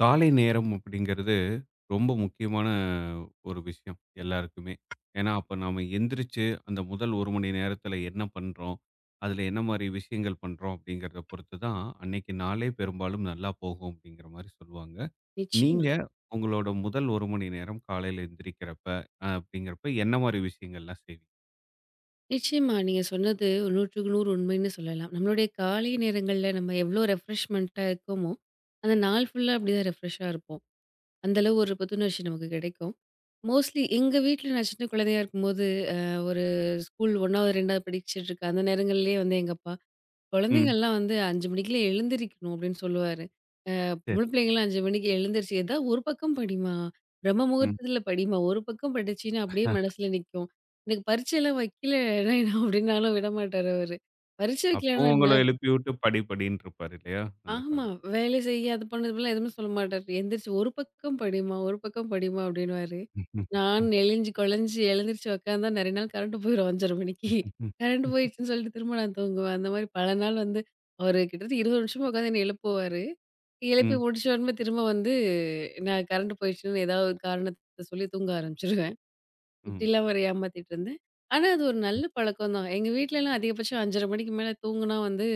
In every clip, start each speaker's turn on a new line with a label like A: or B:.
A: காலை நேரம் அப்படிங்கிறது ரொம்ப முக்கியமான ஒரு விஷயம் எல்லாருக்குமே. ஏன்னா, அப்ப நாம எந்திரிச்சு அந்த முதல் 1 மணி நேரத்துல என்ன பண்றோம்? அதுல என்ன மாரி விஷயங்கள் பண்றோம்? அப்படிங்கிறத பொறுத்து தான் அன்னைக்கு நாளே பெரும்பாலும் நல்லா போகும் அப்படிங்கிற மாரி சொல்லுவாங்க.
B: நிச்சயமா,
A: நீங்க உங்களோட முதல் 1 மணி நேரம் காலையில எந்திரிக்கிறப்ப அப்படிங்கிறப்ப என்ன மாரி விஷயங்கள்லாம் செய்வீங்க?
B: நிச்சயமா. நீங்க சொன்னது 100க்கு 100 உண்மைன்னு சொல்லலாம். நம்மளுடைய காலை நேரங்கள்ல நம்ம எவ்ளோ ரெஃப்ரெஷ்மென்ட்டா இருக்கோமோ, அந்த நாள் ஃபுல்லா அப்படிதான் ரெஃப்ரெஷ்ஷா இருப்போம். அந்த அளவு ஒரு புத்துணர்ச்சி நமக்கு கிடைக்கும். மோஸ்ட்லி எங்க வீட்ல நான் சின்ன குழந்தையா இருக்கும்போது, ஒரு ஸ்கூல் 1வது, 2வது படிச்சுட்டு இருக்கேன். அந்த நேரங்கள்லயே வந்து எங்க அப்பா,
A: ம்.
B: "குழந்தைங்கள்லாம் வந்து 5 மணிக்கெல்லாம் எழுந்திரிக்கணும்" அப்படின்னு சொல்லுவாரு.
A: சரி.
B: பொம்பள பிள்ளைங்கலாம் 5 மணிக்கு எழுந்திருச்சு, ஏதாவது ஒரு பக்கம் படிம்மா. பிரம்ம
A: ம்.
B: முகூர்த்தத்தில படிம்மா. ஒரு பக்கம் படிச்சின்னா அப்படியே மனசுல நிக்கும். எனக்கு பரீட்சைலாம் வைக்கலன்னா என்ன அப்படின்னாலும் விடமாட்டாரு அவரு. பரீட்சை வைக்கலன்னா
A: அப்பவும்
B: என்ன?
A: உங்கள எழுப்பி விட்டு படி படின்ருப்பாரு இல்லையா? அந்த
B: ஆமா.
A: காலகட்டத்துல.
B: வேலை செய்ய அது பண்ணு, இது பண்ணலாம் எதுவுமே சொல்ல மாட்டாரு. எந்திரிச்சு "ஒரு பக்கம் படிம்மா, ஒரு பக்கம் படிம்மா" அப்படின்னுவாரு. நான்
A: ம்.
B: நெளிஞ்சு கொழஞ்சு எழுந்திரிச்சு உட்காந்தா நெறைய நாள் கரண்ட் போயிரும் 5:30 மணிக்கு.
A: ம்.
B: கரண்ட் போயிடுச்சுன்னு சொல்லிட்டு திரும்ப நான் தூங்குவேன். அந்த மாரி பல நாள் வந்து அவரு கிட்டத்தட்ட 20 நிமிஷமா உட்காந்து என்ன எழுப்புவாரு. எழுப்பி
A: ம்.
B: முடிச்ச உடனே திரும்ப வந்து நான் கரண்ட் போயிடுச்சுன்னு ஏதாவது காரணத்த சொல்லி தூங்க ஆரம்பிச்சுருவேன்.
A: ம்.
B: இப்படிலாம் வேற ஏமாத்திட்டு இருந்தேன். ஆனா அது ஒரு நல்ல பழக்கம் தான். எங்க வீட்லலாம் அதிகபட்சம் 5:30 மணிக்கு மேல தூங்குனா வந்து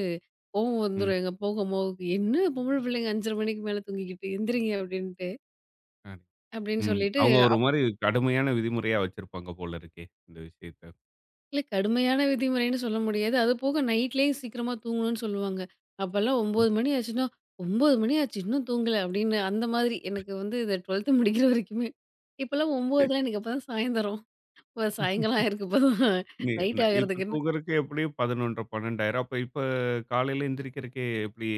B: கோவம்
A: ம்.
B: வந்துரும். எங்க போக அம்மாவுக்கு, "என்ன பொம்பள பிள்ளைங்க 5:30 மணிக்கு மேல தூங்கிக்கிட்டு எந்திரிங்க" அப்படின்ட்டு.
A: ம்.
B: அப்படின்னு
A: ம்.
B: சொல்லிட்டு
A: அவங்க ஒரு மாரி கடுமையான விதிமுறையா வச்சிருப்பாங்க போல இருக்கே! இந்த விஷயத்த.
B: இல்ல கடுமையான விதிமுறைன்னு சொல்ல முடியாது. அதுபோக நைட்லயும் சீக்கிரமா தூங்கணும்னு சொல்லுவாங்க. அப்பலாம் 9 மணி ஆச்சுன்னா, 9 மணி ஆச்சு இன்னும் தூங்கல அப்படின்னு அந்த மாதிரி எனக்கு வந்து இந்த 12த் முடிக்கிற வரைக்குமே. இப்பலாம் 9 எனக்கு அப்பதான் சாயந்தரம். இப்ப சாயங்காலம் ஆயிருக்கு இப்பதான்.
A: நீ ந
B: நைட்
A: இப்ப
B: ஆகறதுக்கு
A: தூங்குறதுக்கு எப்படியும் 11:30, 12:00 அப்ப இப்ப காலையில எந்திரிக்கிறதுக்கே எப்படி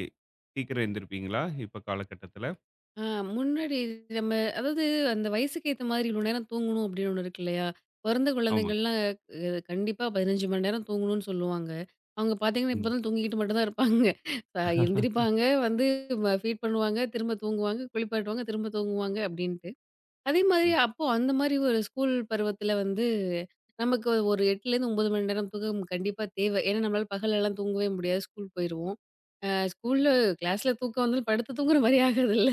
A: சீக்கிரம் எந்திரிப்பீங்களா? இப்ப காலகட்டத்தில?
B: ஆ முன்னாடி நம்ம அதாவது அந்த வயசுக்கு ஏத்த மாதிரி இவ்வளோ நேரம் தூங்கணும் அப்படின்னு ஒண்ணு இருக்கு இல்லையா? பொறந்த
A: ஆமாங்க.
B: குழந்தைங்கள்லாம் கண்டிப்பா 15 மணி நேரம் தூங்கணும்னு சொல்லுவாங்க. அவங்க பார்த்தீங்கன்னா, இப்ப
A: ஆமா.
B: தான் தூங்கிக்கிட்டு மட்டும் தான் இருப்பாங்க. எந்திரிப்பாங்க, வந்து ஃபீட் பண்ணுவாங்க, திரும்ப தூங்குவாங்க, குளிப்பாட்டுவாங்க, திரும்ப தூங்குவாங்க அப்படின்ட்டு. அதே மாதிரி
A: ம்.
B: அப்போ அந்த மாதிரி ஒரு ஸ்கூல் பருவத்தில வந்து நமக்கு ஒரு 8லேருந்து 9 மணி நேரம் தூக்கம் கண்டிப்பா தேவை. ஏன்னா நம்மளால பகலெல்லாம் தூங்கவே முடியாது. ஸ்கூல் போயிருவோம். அ ஸ்கூல்ல கிளாஸ்ல தூக்கம் வந்தாலும் படுத்து தூங்குற மாதிரி ஆகாதுல்ல.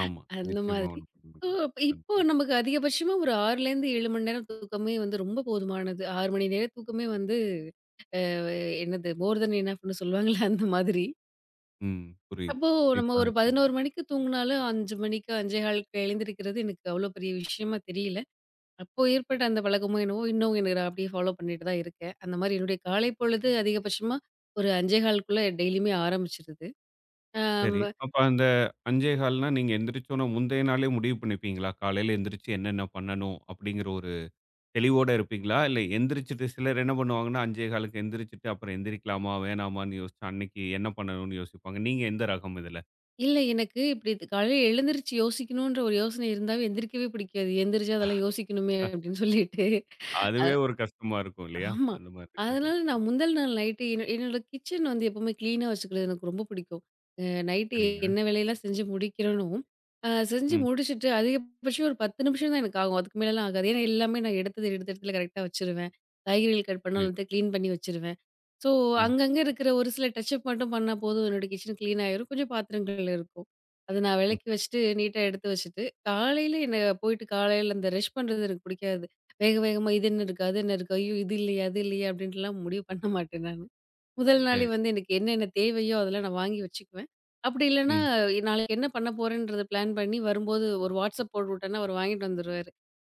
A: ஆமா.
B: அந்த
A: நிச்சயமா
B: மாதிரி.
A: ஒண்ணும் பண்ண
B: ஓ!
A: முடியாது.
B: அப்ப
A: அந்த
B: இப்போ
A: மாரி.
B: நமக்கு அதிகபட்சமா ஒரு 6லேருந்து 7 மணி நேரம் தூக்கமே வந்து ரொம்ப போதுமானது. 6 மணி நேர தூக்கமே வந்து அ என்னது மோர் தென் எனஃப்ன்னு சொல்லுவாங்கல்ல அந்த மாதிரி.
A: ம். புரியுது.
B: அப்போ நம்ம
A: இப்ப
B: ஒரு
A: அந்த
B: 11 மணிக்கு தூங்குனாலும் 5 மணிக்கு 5:15க்கு எழுந்திருக்கிறது எனக்கு அவ்வளோ பெரிய விஷயமா தெரியல. அப்போ ஏற்பட்ட அந்த பழக்கமோ என்னவோ இன்னும் எனக்கு நான் அப்படியே ஃபாலோ பண்ணிட்டு தான் இருக்கேன். அந்த மாரி என்னுடைய காலை பொழுது அதிகபட்சமா ஒரு 5:15க்குள்ள டெய்லியுமே ஆரம்பிச்சுருது. ஆ
A: சரி. அப்ப அந்த 5:15ன்னா நீங்க எந்திரிச்ச உடனே முந்தைய நாளே முடிவு பண்ணிப்பீங்களா? காலையில எந்திரிச்சு என்னென்ன பண்ணணும்? அப்படிங்கிற ஒரு தெளிவோட இருப்பீங்களா? இல்ல எந்திரிச்சுட்டு சிலர் என்ன பண்ணுவாங்கன்னா, 5.15க்கு எந்திரிச்சுட்டு அப்புறம் எந்திரிக்கலாமா? வேணாமான்னு யோசிச்சு அன்னைக்கு என்ன பண்ணணும்னு யோசிப்பாங்க. நீங்க எந்த ரகம் இதுல?
B: இல்ல. எனக்கு இப்டி காலையில எழுந்திரிச்சு யோசிக்கணுன்ற ஒரு யோசனை இருந்தாவே எந்திரிக்கவே பிடிக்காது. எந்திரிச்சு அதெல்லாம் யோசிக்கணுமே
A: அஹ்,
B: அப்டின்னு சொல்லிட்டு. அ
A: அதுவே ஒரு கஷ்டமா இருக்கும் இல்லையா?
B: ஆமா.
A: அந்த மாதிரி இருக்கிறது.
B: அதனால நான் முந்தல் நாள் நைட்டு என்ன என்னோட கிச்சன் வந்து எப்பவுமே கிளீனா வச்சுக்கிறது எனக்கு ரொம்ப பிடிக்கும். அ நைட்டு
A: சரிங்க.
B: என்ன வேலையெல்லாம் செஞ்சு முடிக்கிறேனோ, செஞ்சு
A: ம்.
B: முடிச்சுட்டு அதிகபட்சம் ஒரு 10 நிமிஷம் தான் எனக்கு ஆகும். அதுக்கு மேலலாம் ஆகாது. ஏன்னா எல்லாமே நான் எடுத்தது எடுத்த இடத்துல கரெக்ட்டா வச்சுருவேன். காய்கறிகள் கட் பண்ணா
A: புரியுது.
B: எல்லாத்தையும் கிளீன் பண்ணி வச்சுருவேன். ஸோ,
A: ம்.
B: அங்கங்க இருக்கிற ஒரு சில டச்சப் மட்டும் பண்ணா போதும், என்னோட கிச்சன் கிளீன் ஆயிரும். கொஞ்சம் பாத்திரங்கள் இருக்கும். அத நான்
A: புரி
B: வெளக்கி வச்சுட்டு, நீட்டா எடுத்து வச்சுட்டு, காலையில என்ன போயிட்டு காலையில அந்த ரஷ் பண்றது எனக்கு புடிக்காது. வேக வேகமா இது என்ன இருக்கு? அது என்ன இருக்கு? ஐயோ! இது இல்லையே, அது இல்லையே அப்படின்ட்டுலாம் முடிவு பண்ண மாட்டேன் நானு. முதல் நாளே
A: சரி.
B: வந்து எனக்கு என்னென்ன தேவையோ அதெல்லாம் நான் வாங்கி வச்சுக்குவேன். அப்படி இல்லன்னா,
A: ம்.
B: நாளைக்கு என்ன பண்ண போறேன்றத பிளான் பண்ணி வரும்போது ஒரு WhatsApp போட்டுவிட்டேன்னா, அவரு வாங்கிட்டு வந்துருவாரு.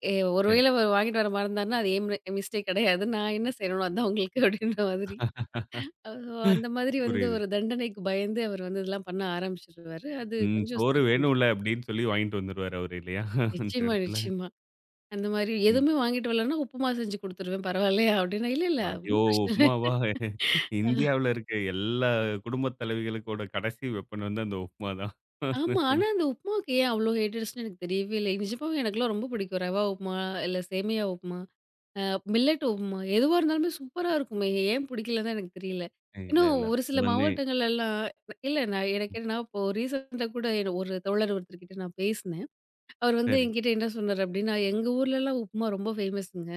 B: ஏ ஒரு
A: சரி.
B: வேள அவரு வாங்கிட்டு வர மறந்தாருன்னா, அது என் மிஸ்டேக் கெடையாது. நான் என்ன செய்றேனோ அதான் உங்களுக்கு அப்படின்ற மாதிரி. ஓஹோ! அந்த மாதிரி வந்து
A: புரியுது.
B: ஒரு தண்டனைக்கு பயந்து அவர் வந்து இதெல்லாம் பண்ண ஆரம்பிச்சுருவாரு. அது
A: ம்.
B: கொஞ்சம்
A: சோறு
B: சிறப்பான விஷயம்.
A: வேணும்ல அப்படின்னு சொல்லி வாங்கிட்டு வந்துருவாரு அவரு இல்லையா? அந்த
B: நிச்சயமா,
A: இடத்துல.
B: நிச்சயமா. அந்த மாதிரி
A: ம்.
B: எதுவுமே வாங்கிட்டு வரலன்னா, உப்புமா செஞ்சு குடுத்துருவேன் பரவாயில்லையா? அப்படின்னா, இல்ல, இல்ல
A: ஐயோ!
B: ஒண்ணும் பிரச்சனை இல்ல.
A: உப்மாவா? இந்தியாவுல இருக்க எல்லா குடும்பத் தலைவிகளுக்கோட கடைசி வெப்பன் வந்து அந்த உப்மா தான்.
B: ஆமா. ஆனா அந்த உப்புமாவுக்கு ஏன் அவ்வளோ ஹேட் ஆயிடுச்சுன்னு எனக்கு தெரியவே இல்லை. நிஜமாவே எனக்கெல்லாம் ரொம்ப பிடிக்கும். ரவா உப்புமா, இல்ல சேமியா உப்புமா, அ மில்லட் உப்புமா எதுவா இருந்தாலுமே சூப்பரா இருக்குமே. ஏன் பிடிக்கலன்னு தான் எனக்கு தெரியல.
A: இல்ல,
B: இன்னும்
A: இல்ல.
B: ஒரு
A: அது
B: சில
A: வந்து
B: மாவட்டங்கள்லலாம் இல்ல நான் இப்போ ரீசென்ட்டா கூட ஒரு தோழர் ஒருத்தர்கிட்ட நான் பேசினேன். அவர் வந்து
A: சரி.
B: என்கிட்ட என்ன சொன்னாரு அப்படின்னா, எங்க ஊர்லலாம் உப்புமா ரொம்ப ஃபேமஸ்ங்க.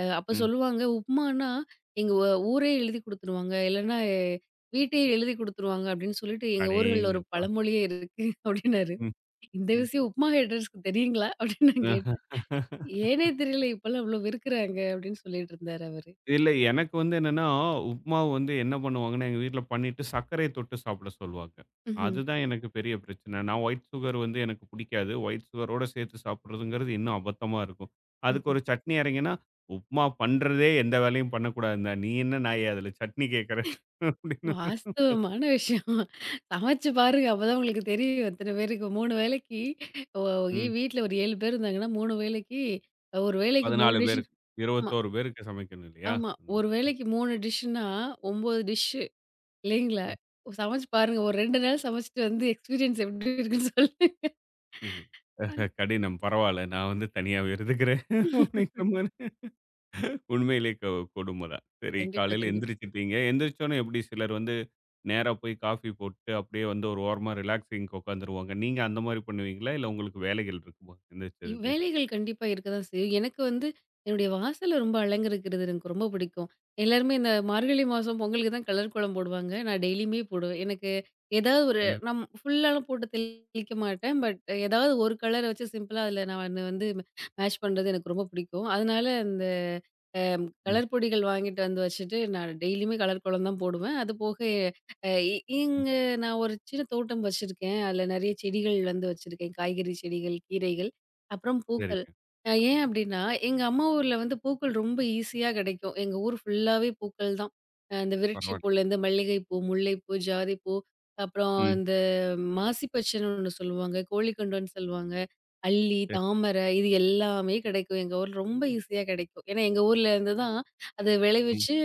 B: அப்ப
A: ம்.
B: சொல்லுவாங்க, உப்புமான்னா எங்க ஊரே எழுதி குடுத்துருவாங்க. இல்லன்னா வீட்டே எழுதி குடுத்துருவாங்க அப்படின்னு சொல்லிட்டு எங்க ஊர்கள்ல ஒரு
A: அடேங்கப்பா!
B: பழமொழியே இருக்கு அப்படின்னாரு.
A: ம்,
B: இந்த
A: ம்.
B: விஷயம் உப்புமா ஹேட்டர்ஸ்க்கு தெரியுங்களா? அப்படின்னு நான் கேட்டேன். ஏனே தெரியல இப்பலாம் இவ்ளோ வெறுக்குறாங்க அப்படின்னு சொல்லிட்டு இருந்தாரு அவரு.
A: இல்ல எனக்கு வந்து என்னன்னா, உப்மாவ வந்து என்ன பண்ணுவாங்கன்னா, எங்க வீட்ல பண்ணிட்டு சர்க்கரைய தொட்டு சாப்பிட சொல்லுவாங்க.
B: ம்ஹ்ம்.
A: அதுதான் எனக்கு பெரிய பிரச்சனை. நான் ஒயிட் சுகர் வந்து எனக்கு பிடிக்காது. ஒயிட் சுகரோட சேர்த்து சாப்பிடுறதுங்கிறது இன்னும் அபத்தமா இருக்கும். அதுக்கு
B: ம்ஹ்ம்.
A: ஒரு சட்னி அரைங்கன்னா, உப்மா பண்றதே எந்த வேலையும் பண்ணக்கூடாதுன்னு தான். நீ என்ன நாயே அதில சட்னி கேட்கற? அப்படின்னு.
B: வாஸ்தவமான விஷயம். சமைச்சு பாருங்க. அப்பதான் உங்களுக்கு தெரியும். இத்தன பேருக்கு 3 வேளைக்கு ஒ இ
A: ம்.
B: வீட்ல ஒரு 7 பேர் இருந்தாங்கன்னா, 3 வேளைக்கு ஒரு வேளைக்கு 3
A: 14
B: டிஷ்
A: பேருக்கு.
B: ஆமா,
A: 21 பேருக்கு சமைக்கணும் இல்லையா?
B: ஆமா. ஒரு வேளைக்கு 3 டிஷ்னா 9 டிஷ்ஷு இல்லைங்களா?
A: ம்.
B: சமைச்சு பாருங்க. ஒரு 2 நாள் சமைச்சுட்டு வந்து எக்ஸ்பீரியன்ஸ் எப்படி இருக்குன்னு சொல்லுங்க.
A: புரியுது. அஹ கடினம். பரவால்ல. நான் வந்து தனியாவே இருந்துக்கிறேன். அப்படிங்கிற மாரி உண்மையிலே கொடும தான். சரி
B: கண்டிப்பா,
A: காலையில
B: கண்டிப்பா.
A: எந்திரிச்சிட்டீங்க. எந்திரிச்சோனே எப்படி சிலர் வந்து நேரா போய் காஃபி போட்டு அப்படியே வந்து ஒரு ஓரமா ரிலாக்ஸிங்க்கு உட்காந்துருவாங்க. நீங்க அந்த மாரி பண்ணுவீங்களா? இல்ல உங்களுக்கு வேலைகள் இருக்குமா?
B: இவ்
A: எந்திரிச்சதுமே.
B: வேலைகள் கண்டிப்பா இருக்க தான் செய்யும். எனக்கு வந்து என்னுடைய வாசல ரொம்ப அலங்கரிக்கிறது எனக்கு ரொம்ப பிடிக்கும். எல்லாருமே இந்த மார்கழி மாசம் பொங்கலுக்கு தான் கலர் கோலம் போடுவாங்க. நான் டெய்லியுமே போடுவேன். எனக்கு ஏதாவது ஒரு
A: ம்,
B: நம் ஃபுல்லாலாம் போட்டு தெளிக்க மாட்டேன். பட் ஏதாவது ஒரு கலர வச்சு சிம்பிளா அதில நான் வந்து மேட்ச் பண்றது எனக்கு ரொம்ப பிடிக்கும். அதனால இந்த
A: ம்.
B: கலர் பொடிகள் வாங்கிட்டு வந்து வச்சுட்டு, நான் டெய்லியுமே கலர் கோலம் தான் போடுவேன். அது போக அ இ
A: அ
B: இங்க நான் ஒரு சின்ன தோட்டம் வச்சிருக்கேன். அதில நெறைய செடிகள் வந்து வச்சிருக்கேன். காய்கறி செடிகள், கீரைகள். அப்புறம் பூக்கள்.
A: சரிங்க.
B: ஏன் அப்டின்னா, எங்க அம்மா ஊர்ல வந்து பூக்கள் ரொம்ப ஈஸியா கிடைக்கும். எங்க ஊர் ஃபுல்லாவே பூக்கள் தான். இந்த விருட்சி
A: பரவால்ல.
B: பூலேருந்து மல்லிகைப்பூ, முல்லைப்பூ, ஜாதிப்பூ, அப்புறம்
A: ம்.
B: இந்த மாசிப்பச்சன்னு ஒண்ணு சொல்லுவாங்க, கோழிக்கண்டம்ன்னு சொல்லுவாங்க, அல்லி,
A: சரி.
B: தாமரை இது எல்லாமே கிடைக்கும். எங்க ஊர்ல ரொம்ப ஈஸியா கிடைக்கும். ஏன்னா எங்க ஊர்ல இருந்து தான் அத
A: ம்.
B: விளைவிச்சு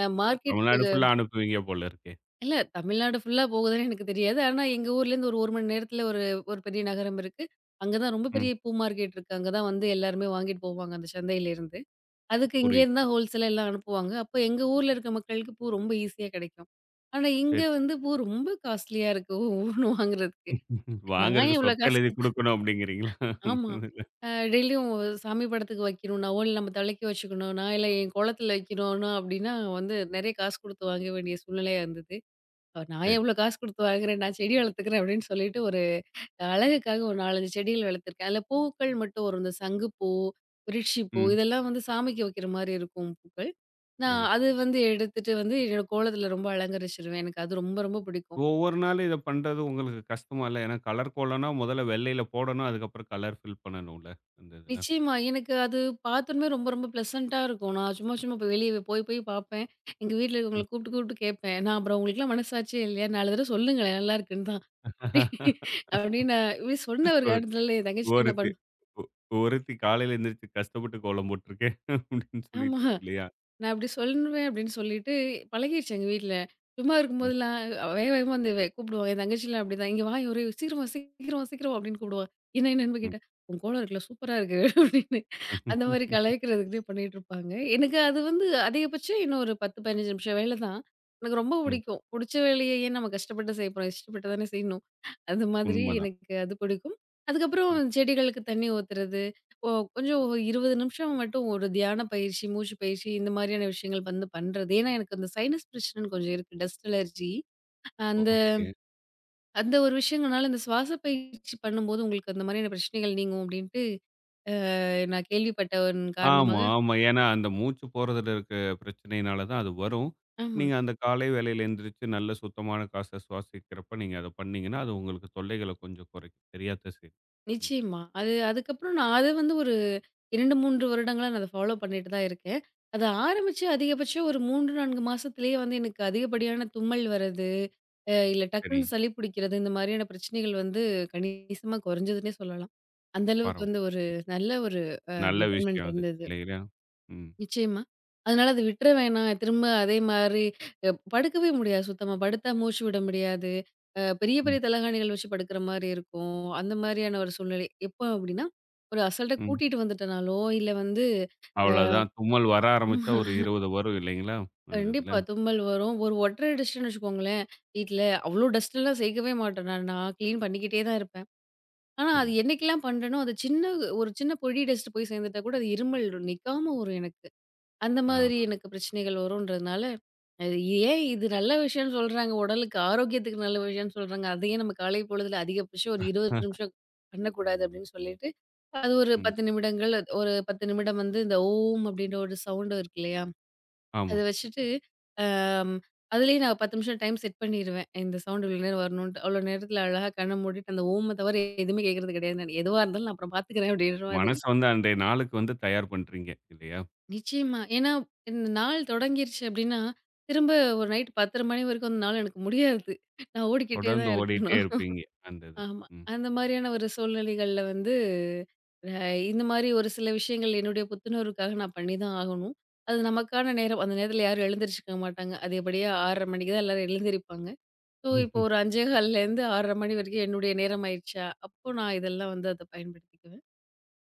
B: அ மார்க்கெட்
A: தமிழ்நாடு ஃபுல்லா அனுப்புவீங்க போல இருக்கே.
B: இல்ல தமிழ்நாடு ஃபுல்லா போகுதான்னு எனக்கு தெரியாது. ஆனா எங்க ஊர்லேருந்து ஒரு 1 மணி நேரத்துல ஒரு ஒரு பெரிய நகரம் இருக்கு. அங்க தான் ரொம்ப
A: ம்.
B: பெரிய பூ மார்க்கெட் இருக்கு. அங்க தான் வந்து எல்லாருமே வாங்கிட்டு போவாங்க அந்த சந்தையிலேருந்து. அதுக்கு
A: புரியுது.
B: இங்கேருந்து தான் ஹோல்சேலா எல்லாம் அனுப்புவாங்க. அப்ப எங்க ஊர்ல இருக்க மக்களுக்கு பூ ரொம்ப ஈஸியா கிடைக்கும். ஆனா
A: சரி.
B: இங்க வந்து பூ ரொம்ப காஸ்ட்லியா இருக்கு ஒவ்வொன்னு வாங்குறதுக்கு. நான் ஏன்
A: வாங்குறதுக்கு
B: இவ்வளோ
A: சொத்த
B: காசு
A: எழுதி
B: குடுத்து
A: குடுக்கணும் அப்படிங்கிறீங்களா?
B: ஆமா. டெய்லியும் சாமி படத்துக்கு வைக்கணும், நவுல் நம்ம தலைக்கு வச்சுக்கணும், நான் இல்ல என் கோலத்துல வைக்கணும்னா அப்படின்னா வந்து நெறைய காசு குடுத்து வாங்க வேண்டிய சூழ்நிலையா இருந்தது. அவர் நான்
A: சரி.
B: எவ்வளோ காசு குடுத்து வாங்குறேன், நான் செடி வளர்த்துக்கிறேன் அப்படின்னு சொல்லிட்டு ஒரு அழகுக்காக ஒரு 4, 5 செடிகள் வளர்த்துருக்கேன். அதில பூக்கள் மட்டும் வரும். இந்த சங்குப்பூ, விருட்சிப்பூ
A: ம்.
B: இதெல்லாம் வந்து சாமிக்கு வைக்கிற மாரி இருக்கும் பூக்கள். நான்
A: சரி, சரி.
B: அது வந்து எடுத்துட்டு வந்து என்னோட கோலத்தில ரொம்ப அலங்கரிச்சுருவேன். எனக்கு அது ரொம்ப ரொம்ப பிடிக்கும்.
A: ஒவ்வொரு நாளும் இத பண்றது உங்களுக்கு கஷ்டமா இல்ல? ஏன்னா கலர் கோலம்னா முதல்ல வெள்ளையில போடணும். அதுக்கப்புறம் கலர் ஃபில் பண்ணணும்ல அந்த இதுல.
B: நிச்சயமா எனக்கு அது பார்த்தோனமே ரொம்ப ரொம்ப ப்ளசன்ட்டா இருக்கும். நான் சும்மா சும்மா போய் வெளிய போய் போய் பார்ப்பேன். எங்க வீட்ல இருக்கவங்கள கூப்பிட்டு கூப்பிட்டு கேட்பேன். நான் அப்புறம் "உங்களுக்கெல்லாம் மனசாட்சியே இல்லையா? 4 தடவ சொல்லுங்களேன், நல்லா இருக்குன்னு தான்."
A: ம்.
B: அப்படின்னு நான் இப்படி சொன்ன ஒரு
A: ஒரு
B: காரணத்தினால என் தங்கச்சி என்ன
A: ஒருத்தி
B: பண்ணு
A: ஒ ஒருத்தி காலையில எந்திரிச்சு கஷ்டப்பட்டு கோலம் போட்டிருக்கேன் அப்படின்னு
B: ஆமா.
A: சொல்லிட்டு இல்லையா?
B: நான் இப்படி சொல்லுவேன் அப்படின்னு சொல்லிட்டு பழகிடுச்சு எங்க வீட்ல. சும்மா
A: ம்,
B: இருக்கும்போதெல்லாம் அவ வேக வேகமா வந்து கூப்பிடுவாங்க. என் தங்கச்சிலாம் அப்படிதான். "இங்க வா ஒரே சீக்கிரம் வா, சீக்கிரம் வா, சீக்கிரம் வா" அப்படின்னு கூப்பிடுவா. என்ன என்னன்னு
A: ம், ம்.
B: கேட்டா, "உன் கோலம் இருக்குல்ல சூப்பரா இருக்கு" அப்படின்னு. அந்த மாதிரி கலாய்க்கிறதுக்குன்னே பண்ணிட்டு இருப்பாங்க. எனக்கு அது வந்து அதிகபட்சம் இன்னும் ஒரு 10, 15 நிமிஷம் வேலை தான். எனக்கு ரொம்ப பிடிக்கும். புடிச்ச வேலையை ஏன் நம்ம கஷ்டப்பட்டு செய்ய போறோம்? இஷ்டப்பட்டு தானே செய்யணும். அது மாதிரி
A: உண்மதான்.
B: எனக்கு அது பிடிக்கும். அதுக்கப்புறம்
A: ம்.
B: செடிகளுக்கு தண்ணி ஊத்துறது. கொஞ்சம் ஒரு 20 நிமிஷம் மட்டும் ஒரு தியான பயிற்சி, மூச்சு பயிற்சி இந்த மாதிரியான விஷயங்கள் வந்து பண்றது. ஏன்னா, எனக்கு அந்த சைனஸ் பிரச்சனைன்னு கொஞ்சம் இருக்கு. Dust allergy. அந்த
A: ஓகே.
B: அந்த ஒரு விஷயங்கள்னால இந்த சுவாச பயிற்சி பண்ணும்போது உங்களுக்கு அந்த மாதிரியான பிரச்சனைகள் நீங்கும் அப்படின்ட்டு அ நான் கேள்விப்பட்ட ஒரு
A: ஆமா,
B: காரணமாக
A: ஆமா. ஏன்னா அந்த மூச்சு போறதுல இருக்க பிரச்சனையினால தான் அது வரும்.
B: ஆமா.
A: நீங்க அந்த காலை வேளையில எந்திரிச்சு நல்ல சுத்தமான காச சுவாசிக்கிறப்ப நீங்க அத பண்ணீங்கன்னா, அது உங்களுக்கு தொல்லைகள கொஞ்சம் குறைக்கும். சரியா தான் செய்யும். ம்.
B: நிச்சயமா. அது அதுக்கப்புறம் நான் அது வந்து ஒரு 2, 3 வருடங்களா நான் அத ஃபாலோ பண்ணிட்டு தான் இருக்கேன். அத ஆரம்பிச்சு அதிகபட்சம் ஒரு 3, 4 மாசத்திலேயே வந்து எனக்கு அதிகப்படியான தும்மல் வர்றது, இல்ல
A: சரி.
B: டக்குன்னு சளி பிடிக்கிறது, இந்த மாரியான பிரச்சனைகள் வந்து கணிசமா குறைஞ்சதுன்னே சொல்லலாம். அந்த அளவுக்கு
A: பரவா
B: வந்து ஒரு நல்ல ஒரு
A: நல்ல
B: பெட்டர்மென்ட்
A: விஷயம் அது.
B: இருந்தது.
A: இல்லைங்களா? ம்.
B: நிச்சயமா. அதனால அத விட்டுற வேணாம். திரும்ப அதே மாரி அ படுக்கவே முடியாது சுத்தமா. படுத்தா மூச்சு விட முடியாது. பெரிய
A: ம்.
B: பெரிய தலகாணிகள் வச்சு படுக்கிற மாரி இருக்கும். அந்த மாரியான ஒரு சூழ்நிலை. எப்போ அப்டின்னா, ஒரு அசால்ட்டா
A: ம்.
B: கூட்டிட்டு வந்துட்டனாலோ, இல்ல வந்து
A: அவ்வளதான். தும்மல் வர
B: ஆமா.
A: ஆரம்பிச்சா ஒரு 20 வரும் இல்லைங்களா? அந்த
B: கண்டிப்பா
A: இதுல.
B: தும்மல் வரும். ஒரு ஒட்டற டஸ்ட்டுன்னு வச்சுக்கோங்களேன். வீட்ல அவ்ளோ டஸ்ட்லாம் சேர்க்கவே மாட்டேன் நான். நான் கிளீன் பண்ணிக்கிட்டே தான் இருப்பேன். ஆனா, அது
A: புரியுது.
B: என்னைக்கெல்லாம் பண்றேனோ, அது சின்ன ஒரு சின்ன பொடி டஸ்ட் போய் சேர்ந்துட்டா கூட அது இருமல் நிக்காம வரும் எனக்கு. அந்த மாதிரி
A: ஆ.
B: எனக்கு பிரச்சனைகள் வரும்ன்றதுனால, அது ஏன் இது நல்ல விஷயம்னு சொல்றாங்க, உடலுக்கு ஆரோக்கியத்துக்கு நல்ல விஷயம்னு சொல்றாங்க. அதையே நம்ம காலை பொழுதுல அதிகபட்சம் ஒரு 20 நிமிஷம் பண்ணக்கூடாது அப்டின்னு சொல்லிட்டு, அது ஒரு
A: ம்.
B: 10 நிமிடங்கள் அது ஒரு 10 நிமிடம் வந்து இந்த ஓம் அப்டின்ற ஒரு சவுண்ட் இருக்கு இல்லையா? அத
A: ஆமாங்க.
B: வச்சுட்டு, அம் அதுலயே நான் 10 நிமிஷம் டைம் செட் பண்ணிருவேன். இந்த சவுண்ட் இவ்ளோ நேரம் வரணுன்ட்டு. அவ்ளோ நேரத்துல அழகா கண்ண மூடிட்டு அந்த ஓம தவிர எதுவுமே கேட்கறது கிடையாது. நான் எதுவா இருந்தாலும் நான் அப்புறம் பார்த்துக்கிறேன் அப்டின்ற மாதிரி.
A: மனச வந்து அன்றைய நாளுக்கு வந்து தயார் பண்றீங்க இல்லையா?
B: நிச்சயமா. ஏன்னா, இந்த நாள் தொடங்கிருச்சு அப்டின்னா, திரும்ப ஒரு நைட் 10:30 மணி வரைக்கும் அந்த நாள் எனக்கு முடியாது. நான் ஓடிக்கிட்டே
A: தொடர்ந்து
B: தான்
A: ஓடிட்டே
B: இருக்கணும்.
A: இருப்பீங்க அந்த இதுல.
B: ஆமா.
A: ம்.
B: அந்த மாரியான ஒரு சூழ்நிலைகள்ல வந்து, அ இந்த மாரி ஒரு சில விஷயங்கள் என்னுடைய புத்துணர்வுக்காக நான் பண்ணி தான் ஆகணும். அது நமக்கான நேரம். அந்த நேரத்துல யாரும் எழுந்திரிச்சுக்க மாட்டாங்க. அதிகப்படியா 6:30 மணிக்கு தான் எல்லாரும் எழுந்திரிப்பாங்க. ஸோ, இப்போ ஒரு 5:15லேருந்து 6:30 மணி வரைக்கும் என்னுடைய நேரம் ஆயிருச்சா, அப்போ நான் இதெல்லாம் வந்து அத பயன்படுத்திக்குவேன்.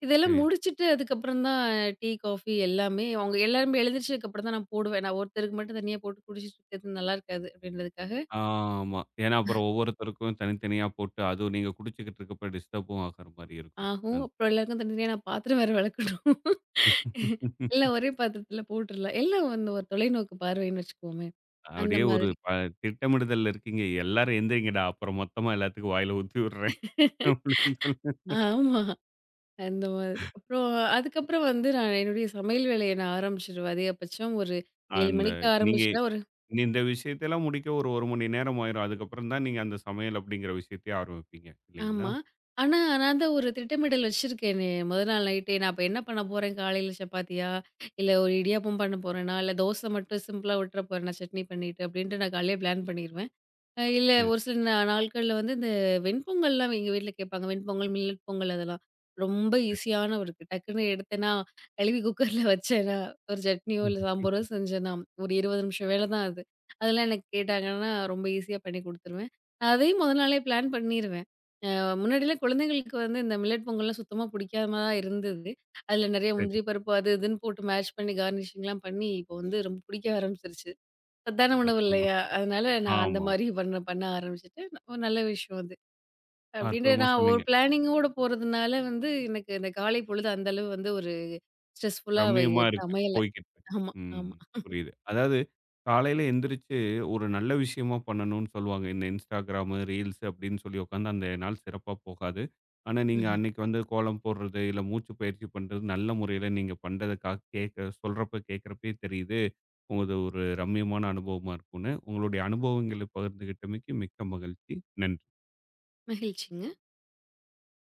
B: இதெல்லாம்
A: சரி.
B: முடிச்சுட்டு அதுக்கப்புறம் தான் டீ, காஃபி எல்லாமே அவங்க எல்லாருமே எழுந்திரிச்சதுக்கப்புறம் தான் நான் போடுவேன். நான் ஒருத்தருக்கு மட்டும் தனியா போட்டு குடிச்சிட்டு இருக்கிறது நல்லா இருக்காது அப்படின்றதுக்காக,
A: ஆமா. ஏன்னா அப்புறம் ஒவ்வொருத்தருக்கும் தனித்தனியா போட்டு அதுவும் நீங்க குடிச்சுக்கிட்டு இருக்கப்ப டிஸ்டர்பும் ஆகுற மாரி இருக்கும்.
B: ஆகும்
A: அந்
B: அப்புறம் எல்லாருக்கும் தனித்தனியா நான் பாத்திரம் வேற வெளக்கணும். எல்லாம் ஒரே பாத்திரத்துல போட்டுறலாம். எல்லாம் வந்து ஒரு தொலைநோக்கு பார்வைன்னு வச்சுக்குவோமே, அந்த
A: அப்படியே ஒரு
B: மாதிரி.
A: ப திட்டமிடுதல்ல இருக்கீங்க. எல்லாரும் எந்திரிங்கடா! அப்புறம் மொத்தமா எல்லாத்துக்கும் வாயில ஊத்தி விடுறேன் அப்படின்னு சொல்லி.
B: ஆமா. அந்த மாதிரி. அப்புறம் அதுக்கப்புறம் வந்து நான் என்னுடைய சமையல் வேலைய நான் ஆரம்பிச்சுருவேன். அதிகபட்சம் ஒரு 7
A: அந்த
B: மணிக்கு
A: நீங்க
B: ஆரம்பிச்சேன்னா ஒரு
A: இந்த விஷயத்தெல்லாம் முடிக்க ஒரு 1 மணி நேரம் ஆயிரும். அதுக்கப்புறம் தான் நீங்க அந்த சமையல் அப்படிங்கிற விஷயத்தையே ஆரம்பிப்பீங்க இல்லைங்களா?
B: ஆமா. ஆனா, நான் தான் ஒரு திட்டமிடல் வச்சிருக்கேனே, முதல் நாள் நைட்டே நான் அப்ப என்ன பண்ண போறேன் காலையில சப்பாத்தியா, இல்ல ஒரு இடியாப்பம் பண்ண போறேனா, இல்ல தோசை மட்டும் சிம்பிளா விட்டுற போறேனா, சட்னி பண்ணிட்டு அப்படின்ட்டு நான் காலையிலே பிளான் பண்ணிருவேன். இல்ல
A: சரி,
B: ஒரு சில நாட்கள்ல வந்து இந்த வெண்பொங்கல்லாம் எங்க வீட்ல கேட்பாங்க. வெண்பொங்கல், மில்லட் பொங்கல் அதெல்லாம். ரொம்ப
A: சரி.
B: ஈஸியான ஒரு டக்குன்னு எடுத்தேனா, கழுவி குக்கர்ல வச்சேனா, ஒரு சட்னியோ, இல்ல
A: ம்.
B: சாம்பாரோ செஞ்சேனா, ஒரு 20 நிமிஷம் வேலை தான் அது. அதெல்லாம் எனக்கு கேட்டாங்கன்னா, ரொம்ப ஈஸியா பண்ணி குடுத்துருவேன். நான் அதையும் மொதல் நாளே பிளான் பண்ணிருவேன். அ முன்னாடிலாம் குழந்தைங்களுக்கு வந்து இந்த மில்லட் பொங்கல்லாம் சுத்தமா பிடிக்காம தான் இருந்தது. அதுல நெறைய
A: சரி.
B: முந்திரி பருப்பு அது இதுன்னு போட்டு மேஷ் பண்ணி கார்னிஷிங்லாம் பண்ணி, இப்போ வந்து ரொம்ப பிடிக்க ஆரம்பிச்சுருச்சு. சத்தான உணவு
A: அற்புதமா
B: இல்லையா?
A: சொன்னீங்க.
B: அதனால நான் அந்த
A: ஆமா, ஆமா.
B: மாரி பண்ண பண்ண ஆரம்பிச்சுட்டு, ஒரு நல்ல விஷயம் அது. அப்டின்ட்டு
A: அற்புதமா
B: நான் ஒரு
A: சொன்னீங்க.
B: பிளானிங்கோட போறதுனால வந்து, எனக்கு இந்த காலை பொழுது அந்த அளவு வந்து ஒரு ஸ்ட்ரெஸ்ஃபுல்லா
A: ரம்மியமா
B: இருக்க
A: இருக்கு.
B: அமையல.
A: போய்க்கிட்டு இருக்கு.
B: ஆமா,
A: ம்.
B: ஆமா.
A: புரியுது. அதாவது காலையில எந்திரிச்சு ஒரு நல்ல விஷயமா பண்ணணும்னு சொல்லுவாங்க. இந்த Instagram, ரீல்ஸ் அப்படின்னு சொல்லி உட்காந்து அந்த நாள் சிறப்பா போகாது. ஆனா நீங்க
B: ம்ஹ்ம்.
A: அன்னைக்கு வந்து கோலம் போடுறது, இல்ல மூச்சு பயிற்சி பண்றது நல்ல முறையில நீங்க பண்றத கேட்க சொல்றப்ப கேட்கிறப்பயே தெரியுது. உங்களது ஒரு ரம்மியமான அனுபவமா இருக்கும்னு, உங்களுடைய அனுபவங்களை பகிர்ந்துகிட்டமைக்கு மிக்க மகிழ்ச்சி. நன்றி.
B: மகிழ்ச்சிங்க.